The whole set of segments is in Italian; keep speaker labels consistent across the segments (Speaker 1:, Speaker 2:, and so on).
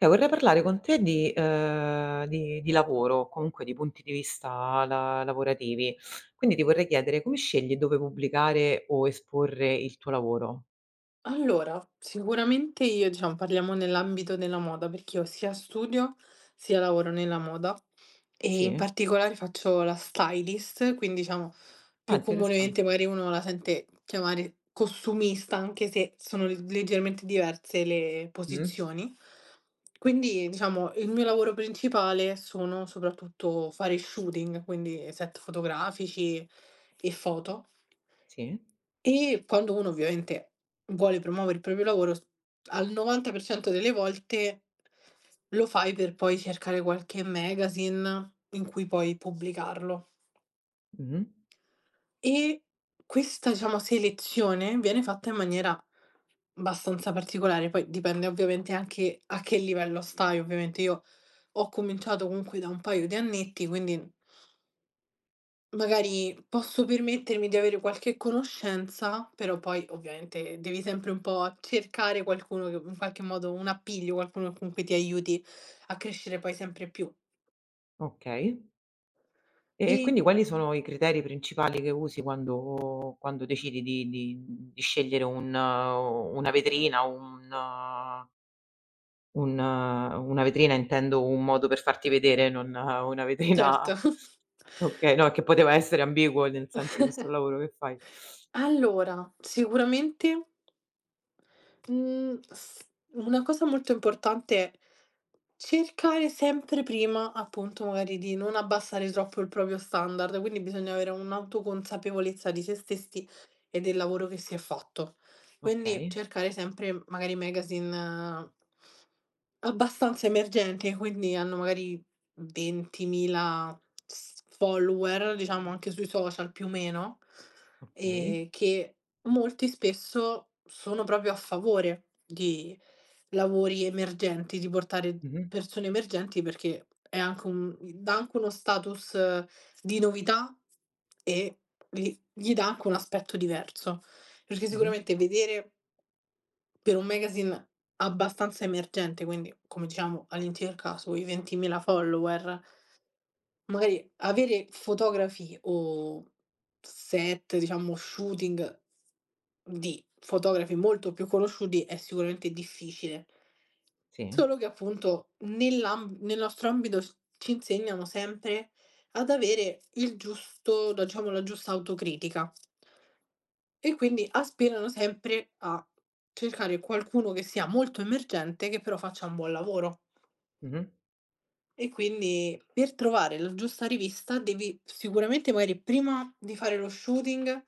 Speaker 1: Vorrei parlare con te di, di lavoro, comunque di punti di vista la lavorativi. Quindi ti vorrei chiedere come scegli dove pubblicare o esporre il tuo lavoro?
Speaker 2: Allora, sicuramente io diciamo parliamo nell'ambito della moda, perché io sia studio, sia lavoro nella moda e in
Speaker 1: Sì?
Speaker 2: particolare faccio la stylist, quindi diciamo
Speaker 1: Ah,
Speaker 2: più comunemente
Speaker 1: interessante.
Speaker 2: magari uno la sente chiamare costumista, anche se sono leggermente diverse le
Speaker 1: Mh.
Speaker 2: posizioni. Quindi diciamo il mio lavoro principale sono soprattutto fare shooting, quindi set fotografici e foto.
Speaker 1: Sì.
Speaker 2: E quando uno ovviamente vuole promuovere il proprio lavoro, s al 90% delle volte lo fai per poi cercare qualche magazine in cui poi pubblicarlo.
Speaker 1: Mh-mh.
Speaker 2: E questa, diciamo, selezione viene fatta in maniera abbastanza particolare, poi dipende ovviamente anche a che livello stai, ovviamente. Io ho cominciato comunque da un paio di annetti, quindi magari posso permettermi di avere qualche conoscenza, però poi ovviamente devi sempre un po' cercare qualcuno che in qualche modo un appiglio, qualcuno che comunque ti aiuti a crescere poi sempre più.
Speaker 1: Okay. E
Speaker 2: E
Speaker 1: quindi quali sono i criteri principali che usi quando decidi di scegliere un una vetrina, un. Una vetrina, intendo un modo per farti vedere, non una vetrina.
Speaker 2: certo.
Speaker 1: Okay, no, che poteva essere ambiguo, nel senso visto il lavoro che fai.
Speaker 2: Allora, sicuramente Mhmm, s una cosa molto importante è cercare sempre prima, appunto, magari di non abbassare troppo il proprio standard, quindi bisogna avere un'autoconsapevolezza di se stessi e del lavoro che si è fatto. Quindi
Speaker 1: Okay,
Speaker 2: cercare sempre magari magazine abbastanza emergenti, quindi hanno magari 20.000 s follower, diciamo anche sui social più o meno,
Speaker 1: okay.
Speaker 2: che molti spesso sono proprio a favore di lavori emergenti, di portare
Speaker 1: Mh-mh,
Speaker 2: persone emergenti perché è anche un dà anche uno status di novità e gli gli dà anche un aspetto diverso, perché
Speaker 1: mh-mh,
Speaker 2: sicuramente vedere per un magazine abbastanza emergente, quindi come diciamo all'incirca sui 20.000 follower magari avere fotografi o set, diciamo shooting di fotografi molto più conosciuti è sicuramente difficile.
Speaker 1: sì,
Speaker 2: Solo che appunto nel nostro ambito s ci insegnano sempre ad avere il giusto la diciamo la giusta autocritica. E quindi aspirano sempre a cercare qualcuno che sia molto emergente, che però faccia un buon lavoro.
Speaker 1: mh-mh,
Speaker 2: E quindi per trovare la giusta rivista devi sicuramente magari prima di fare lo shooting,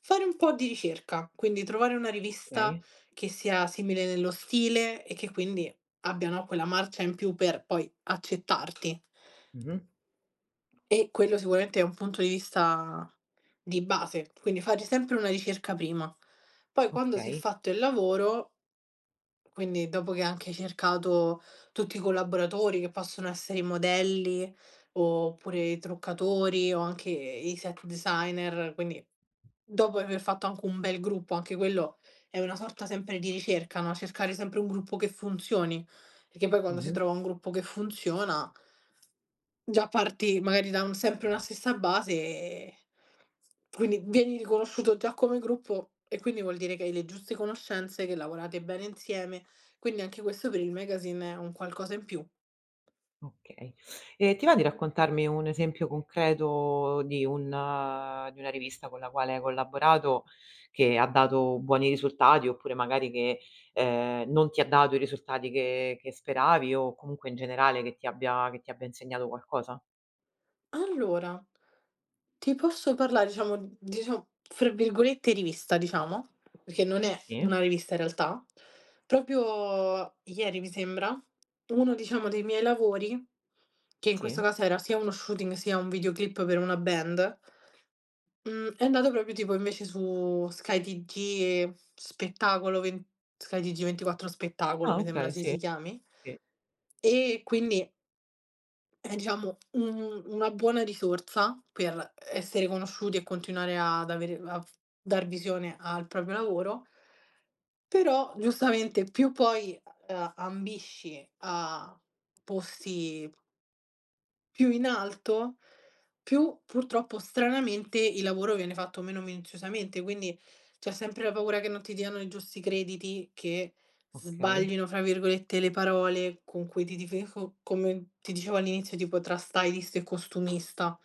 Speaker 2: fare un po' di ricerca, quindi trovare una rivista
Speaker 1: okay,
Speaker 2: che sia simile nello stile e che quindi abbia, no, quella marcia in più per poi accettarti.
Speaker 1: mh-mh,
Speaker 2: E quello sicuramente è un punto di vista di base, quindi fare sempre una ricerca prima. Poi quando si è
Speaker 1: okay,
Speaker 2: fatto il lavoro, quindi dopo che hai anche cercato tutti i collaboratori che possono essere i modelli, oppure i truccatori o anche i set designer, quindi dopo aver fatto anche un bel gruppo, anche quello è una sorta sempre di ricerca, no, cercare sempre un gruppo che funzioni, perché poi quando si
Speaker 1: mh-mh.
Speaker 2: trova un gruppo che funziona già parti magari da un sempre una stessa base e quindi vieni riconosciuto già come gruppo e quindi vuol dire che hai le giuste conoscenze, che lavorate bene insieme, quindi anche questo per il magazine è un qualcosa in più.
Speaker 1: Okay. E ti va di raccontarmi un esempio concreto di una rivista con la quale hai collaborato, che ha dato buoni risultati oppure magari che, non ti ha dato i risultati che speravi o comunque in generale che ti abbia insegnato qualcosa?
Speaker 2: Allora, ti posso parlare diciamo, fra virgolette "rivista" diciamo, perché non è
Speaker 1: Sì?
Speaker 2: una rivista in realtà. Proprio ieri mi sembra, uno diciamo dei miei lavori, che in questo
Speaker 1: Sì?
Speaker 2: caso era sia uno shooting sia un videoclip per una band. Mhmm, è andato proprio tipo invece su Sky TG e Spettacolo ven Sky TG24 Spettacolo,
Speaker 1: Ah,
Speaker 2: mi sembra
Speaker 1: okay,
Speaker 2: si
Speaker 1: sì,
Speaker 2: si chiami.
Speaker 1: sì.
Speaker 2: E quindi è diciamo un una buona risorsa per essere conosciuti e continuare ad avere a f dar visione al proprio lavoro, però giustamente più poi, ambisci a posti più in alto, più purtroppo stranamente il lavoro viene fatto meno minuziosamente, quindi c'è sempre la paura che non ti diano i giusti crediti, che
Speaker 1: Okay.
Speaker 2: sbaglino, fra virgolette, le parole con cui ti difeco, come ti dicevo all'inizio, tipo tra stylist e costumista,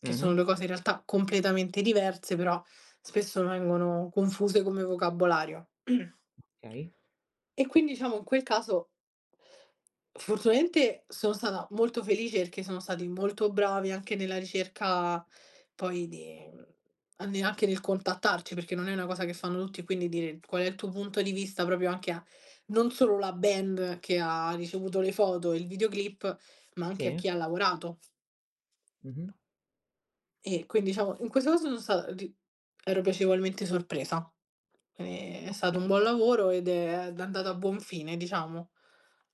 Speaker 2: che sono
Speaker 1: Mh-mh.
Speaker 2: due cose in realtà completamente diverse, però spesso vengono confuse come vocabolario.
Speaker 1: Okay.
Speaker 2: E quindi diciamo in quel caso fortunatamente sono stata molto felice perché sono stati molto bravi anche nella ricerca poi di, mhmm, a ne anche nel contattarci, perché non è una cosa che fanno tutti, quindi dire: "Qual è il tuo punto di vista?" Proprio anche a non solo la band che ha ricevuto le foto e il videoclip, ma anche a
Speaker 1: Sì.
Speaker 2: chi ha lavorato.
Speaker 1: Mh-mh.
Speaker 2: E quindi diciamo in questo caso sono sta ri ero piacevolmente sorpresa. È stato
Speaker 1: Okay.
Speaker 2: un buon lavoro ed è andato a buon fine, diciamo.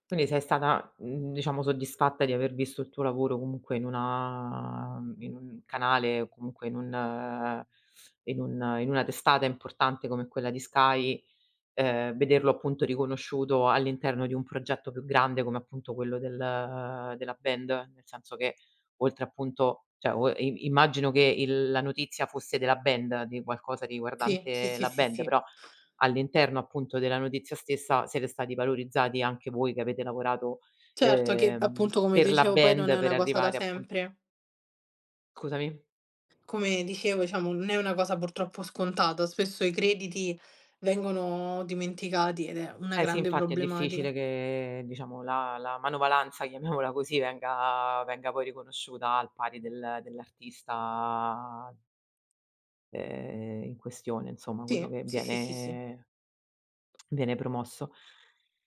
Speaker 1: Quindi sei stata, diciamo, soddisfatta di aver visto il tuo lavoro comunque in una, in un canale o comunque in una testata importante come quella di Sky, vederlo appunto riconosciuto all'interno di un progetto più grande come appunto quello della band? Nel senso che oltre appunto, cioè, o i immagino che il la notizia fosse della band, di qualcosa
Speaker 2: Sì, sì,
Speaker 1: riguardante
Speaker 2: sì,
Speaker 1: la
Speaker 2: sì,
Speaker 1: band,
Speaker 2: sì.
Speaker 1: però all'interno appunto della notizia stessa siete stati valorizzati anche voi che avete lavorato,
Speaker 2: Certo che appunto, come ti
Speaker 1: per la
Speaker 2: dicevo, poi non
Speaker 1: band
Speaker 2: è
Speaker 1: per
Speaker 2: una cosa da
Speaker 1: arrivare appunto,
Speaker 2: sempre.
Speaker 1: scusami?
Speaker 2: Come dicevo, diciamo non è una cosa purtroppo scontata, spesso i crediti vengono dimenticati ed è una
Speaker 1: Eh sì,
Speaker 2: grande
Speaker 1: infatti è difficile
Speaker 2: problematica.
Speaker 1: che diciamo la manovalanza, chiamiamola così, venga poi riconosciuta al pari dell'artista, in questione, insomma quello
Speaker 2: Sì,
Speaker 1: che
Speaker 2: sì, sì, sì, sì.
Speaker 1: viene promosso.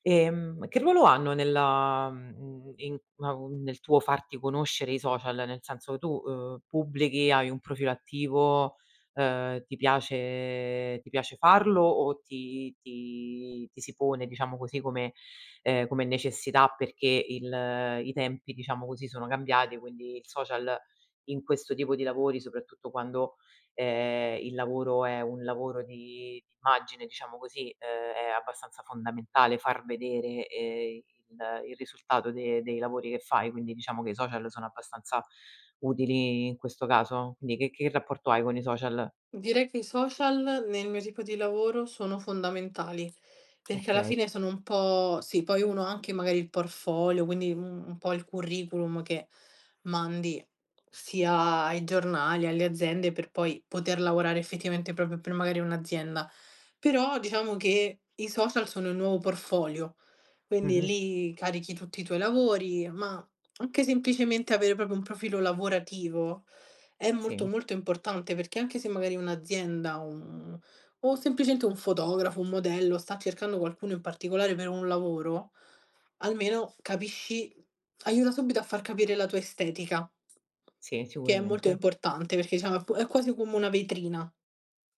Speaker 1: Che ruolo hanno nella, nel tuo farti conoscere, i social? Nel senso tu, pubblichi, hai un profilo attivo, ti piace farlo o ti si pone, diciamo così, come, come necessità, perché il i tempi, diciamo così, sono cambiati, quindi il social in questo tipo di lavori, soprattutto quando, il lavoro è un lavoro di immagine, diciamo così, è abbastanza fondamentale far vedere, il risultato de dei lavori che fai, quindi diciamo che i social sono abbastanza utili in questo caso. Quindi che rapporto hai con i social?
Speaker 2: Direi che i social nel mio tipo di lavoro sono fondamentali, perché alla
Speaker 1: Okay.
Speaker 2: fine sono un po' sì, poi uno ha anche magari il portfolio, quindi un po' il curriculum che mandi sia ai giornali, alle aziende per poi poter lavorare effettivamente proprio per magari un'azienda. Però diciamo che i social sono il nuovo portfolio, quindi
Speaker 1: Mh-mh.
Speaker 2: lì carichi tutti i tuoi lavori, ma anche semplicemente avere proprio un profilo lavorativo è
Speaker 1: Sì,
Speaker 2: molto, molto importante perché anche se magari un'azienda, un o semplicemente un fotografo, un modello sta cercando qualcuno in particolare per un lavoro, almeno capisci, aiuta subito a far capire la tua estetica,
Speaker 1: sì,
Speaker 2: che è molto
Speaker 1: sicuramente.
Speaker 2: importante perché diciamo è quasi come una vetrina.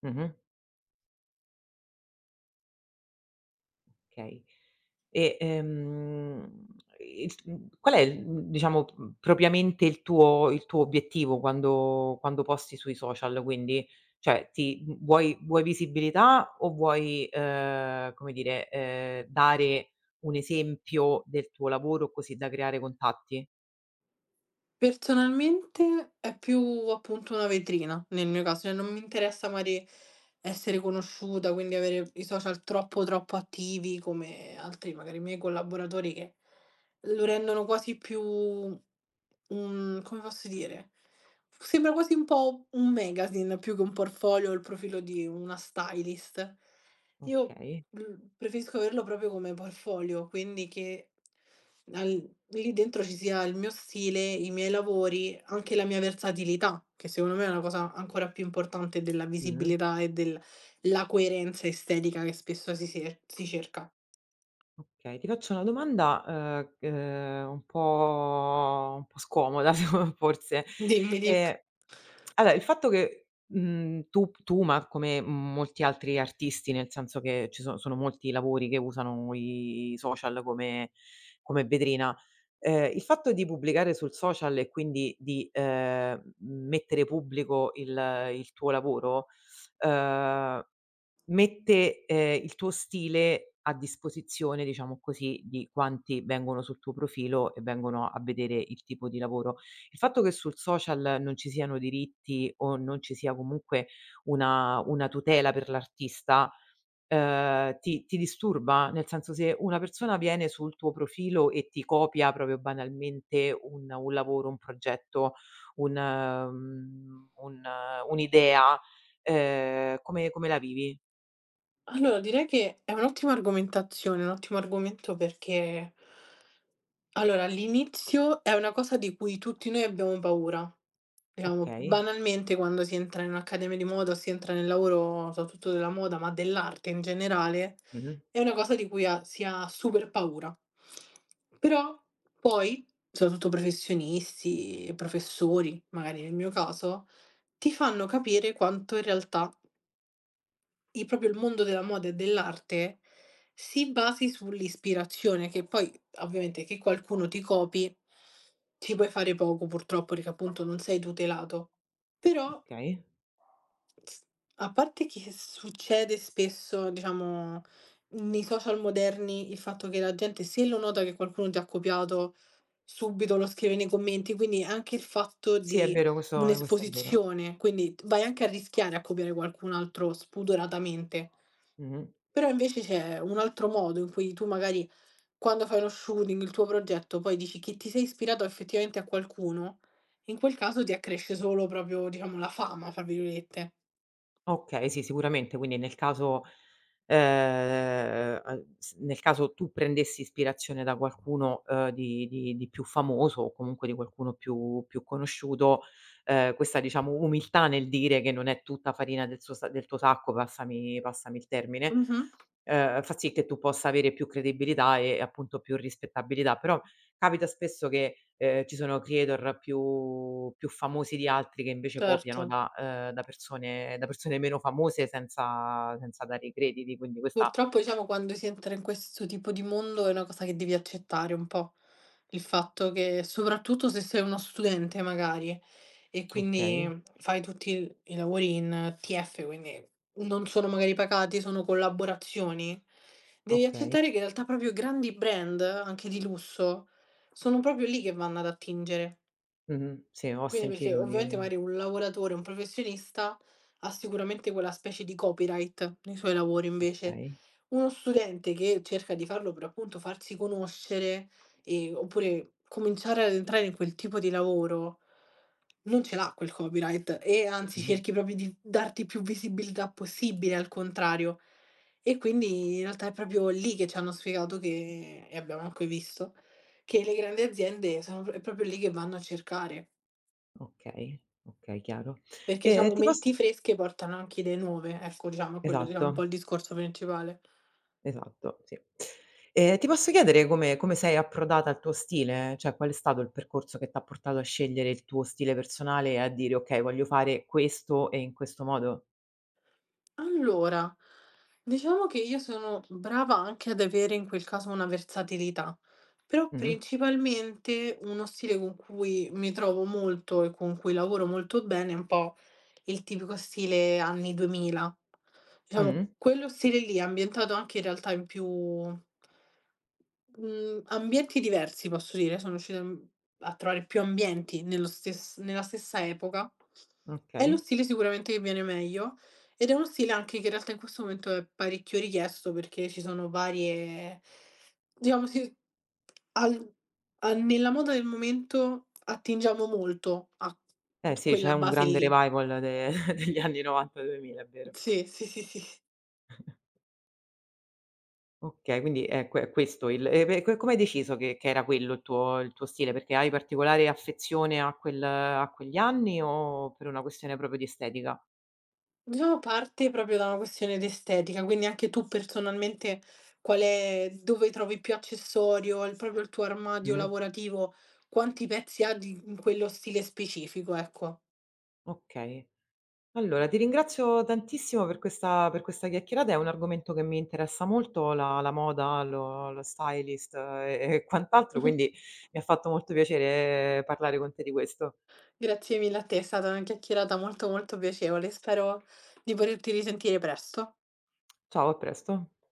Speaker 1: Mh-mh. Okay. E, qual è diciamo, propriamente, il tuo obiettivo quando posti sui social, quindi? Cioè, vuoi visibilità o vuoi, come dire, dare un esempio del tuo lavoro così da creare contatti?
Speaker 2: Personalmente è più appunto una vetrina, nel mio caso, cioè non mi interessa magari essere conosciuta, quindi avere i social troppo troppo attivi come altri magari miei collaboratori che lo rendono quasi più un, come posso dire, sembra quasi un po' un magazine più che un portfolio o il profilo di una stylist. Io,
Speaker 1: Okay.
Speaker 2: preferisco averlo proprio come portfolio, quindi che al lì dentro ci sia il mio stile, i miei lavori, anche la mia versatilità, che secondo me è una cosa ancora più importante della
Speaker 1: Mh-mh.
Speaker 2: visibilità e della coerenza estetica che spesso si cerca.
Speaker 1: Okay, ti faccio una domanda, c un po' scomoda, se, forse.
Speaker 2: Dimmi, di
Speaker 1: Ehm Allora, il fatto che, tu, ma come molti altri artisti, nel senso che ci so sono molti lavori che usano i social come, vetrina, il fatto di pubblicare sul social e quindi di, mettere pubblico il tuo lavoro, ehm mette, il tuo stile a disposizione, diciamo così, di quanti vengono sul tuo profilo e vengono a vedere il tipo di lavoro. Il fatto che sul social non ci siano diritti o non ci sia comunque una tutela per l'artista, ti disturba? Nel senso, se una persona viene sul tuo profilo e ti copia proprio banalmente un lavoro, un progetto, un'idea, come la vivi?
Speaker 2: Allora, direi che è un'ottima argomentazione, un ottimo argomento perché, allora, all'inizio è una cosa di cui tutti noi abbiamo paura. Diciamo,
Speaker 1: Okay.
Speaker 2: banalmente quando si entra in un'accademia di moda, si entra nel lavoro, soprattutto della moda, ma dell'arte in generale,
Speaker 1: Mh-mh.
Speaker 2: è una cosa di cui si ha super paura. Però poi, soprattutto professionisti e professori, magari nel mio caso, ti fanno capire quanto in realtà il mondo della moda e dell'arte si basi sull'ispirazione, che poi ovviamente che qualcuno ti copi ci puoi fare poco purtroppo, perché appunto non sei tutelato. Però
Speaker 1: Okay.
Speaker 2: s a parte che succede spesso, diciamo, nei social moderni, il fatto che la gente se lo nota che qualcuno ti ha copiato, subito lo scrive nei commenti, quindi anche il fatto
Speaker 1: Sì, è
Speaker 2: di
Speaker 1: vero, questo è vero.
Speaker 2: un'esposizione, quindi vai anche a rischiare a copiare qualcun altro spudoratamente.
Speaker 1: Mh-mh.
Speaker 2: Però invece c'è un altro modo in cui tu magari, quando fai lo shooting, il tuo progetto, poi dici che ti sei ispirato effettivamente a qualcuno, in quel caso ti accresce solo proprio, diciamo, "la fama", fra virgolette.
Speaker 1: Okay, sì, sicuramente. Quindi nel caso, s nel caso tu prendessi ispirazione da qualcuno, di più famoso o comunque di qualcuno più conosciuto, questa, diciamo, umiltà nel dire che non è tutta farina del suo sa del tuo sacco, passami il termine,
Speaker 2: Mh-mh,
Speaker 1: fa sì che tu possa avere più credibilità e appunto più rispettabilità. Però capita spesso che, ci sono creator più famosi di altri che invece copiano
Speaker 2: certo.
Speaker 1: da persone meno famose senza dare i crediti, quindi questa.
Speaker 2: Purtroppo diciamo quando si entra in questo tipo di mondo è una cosa che devi accettare un po', il fatto che soprattutto se sei uno studente magari e
Speaker 1: Okay,
Speaker 2: quindi fai tutti il i lavori in TF, quindi non sono magari pagati, sono collaborazioni, devi
Speaker 1: okay.
Speaker 2: accettare che in realtà proprio grandi brand, anche di lusso, sono proprio lì che vanno ad attingere.
Speaker 1: Mh-mh. Sì, ho
Speaker 2: Quindi perché
Speaker 1: sentito
Speaker 2: ovviamente
Speaker 1: di.
Speaker 2: magari un lavoratore, un professionista ha sicuramente quella specie di copyright nei suoi lavori invece.
Speaker 1: Okay.
Speaker 2: Uno studente che cerca di farlo per appunto farsi conoscere e oppure cominciare ad entrare in quel tipo di lavoro, non ce l'ha quel copyright e anzi
Speaker 1: Mh-mh.
Speaker 2: cerchi proprio di darti più visibilità possibile, al contrario. E quindi in realtà è proprio lì che ci hanno spiegato che, e abbiamo anche visto, che le grandi aziende sono, è proprio lì che vanno a cercare.
Speaker 1: Okay, okay, chiaro.
Speaker 2: Perché
Speaker 1: E
Speaker 2: diciamo
Speaker 1: ti pos
Speaker 2: menti fresche portano anche idee nuove, ecco, diciamo è quello diciamo un po'
Speaker 1: esatto.
Speaker 2: il discorso principale.
Speaker 1: Esatto, sì. Ti posso chiedere come, sei approdata al tuo stile? Cioè, qual è stato il percorso che t'ha portato a scegliere il tuo stile personale e a dire: "Okay, voglio fare questo e in questo modo"?
Speaker 2: Allora, diciamo che io sono brava anche ad avere in quel caso una versatilità, però
Speaker 1: Mh-mh.
Speaker 2: principalmente uno stile con cui mi trovo molto e con cui lavoro molto bene è un po' il tipico stile anni 2000. Diciamo,
Speaker 1: Mh.
Speaker 2: quello stile lì ambientato anche in realtà in più ambienti diversi, posso dire, sono riuscita, a trovare più ambienti nella stessa epoca. È lo
Speaker 1: Okay.
Speaker 2: stile sicuramente che viene meglio, ed è uno stile anche che in realtà in questo momento è parecchio richiesto perché ci sono varie, diciamo sì, al a nella moda del momento attingiamo molto a
Speaker 1: Eh sì, c'è
Speaker 2: quella
Speaker 1: un
Speaker 2: base
Speaker 1: grande
Speaker 2: lì.
Speaker 1: revival de degli anni '90, 2000, è vero.
Speaker 2: Sì, sì, sì, sì.
Speaker 1: Okay, quindi è que, è questo il e beh, co come hai deciso che era quello il tuo stile? Perché hai particolare affezione a quegli anni o per una questione proprio di estetica?
Speaker 2: Diciamo parte proprio da una questione d'estetica, quindi anche tu personalmente qual è, dove trovi più accessorio, il tuo armadio
Speaker 1: Mh-mh.
Speaker 2: lavorativo, quanti pezzi ha di in quello stile specifico, ecco.
Speaker 1: Okay. Allora, ti ringrazio tantissimo per questa chiacchierata, è un argomento che mi interessa molto, la moda, lo stylist e quant'altro,
Speaker 2: Mh-mh.
Speaker 1: quindi mi ha fatto molto piacere, parlare con te di questo.
Speaker 2: Grazie mille a te, è stata una chiacchierata molto, molto piacevole. Spero di poterti risentire presto.
Speaker 1: Ciao, a presto.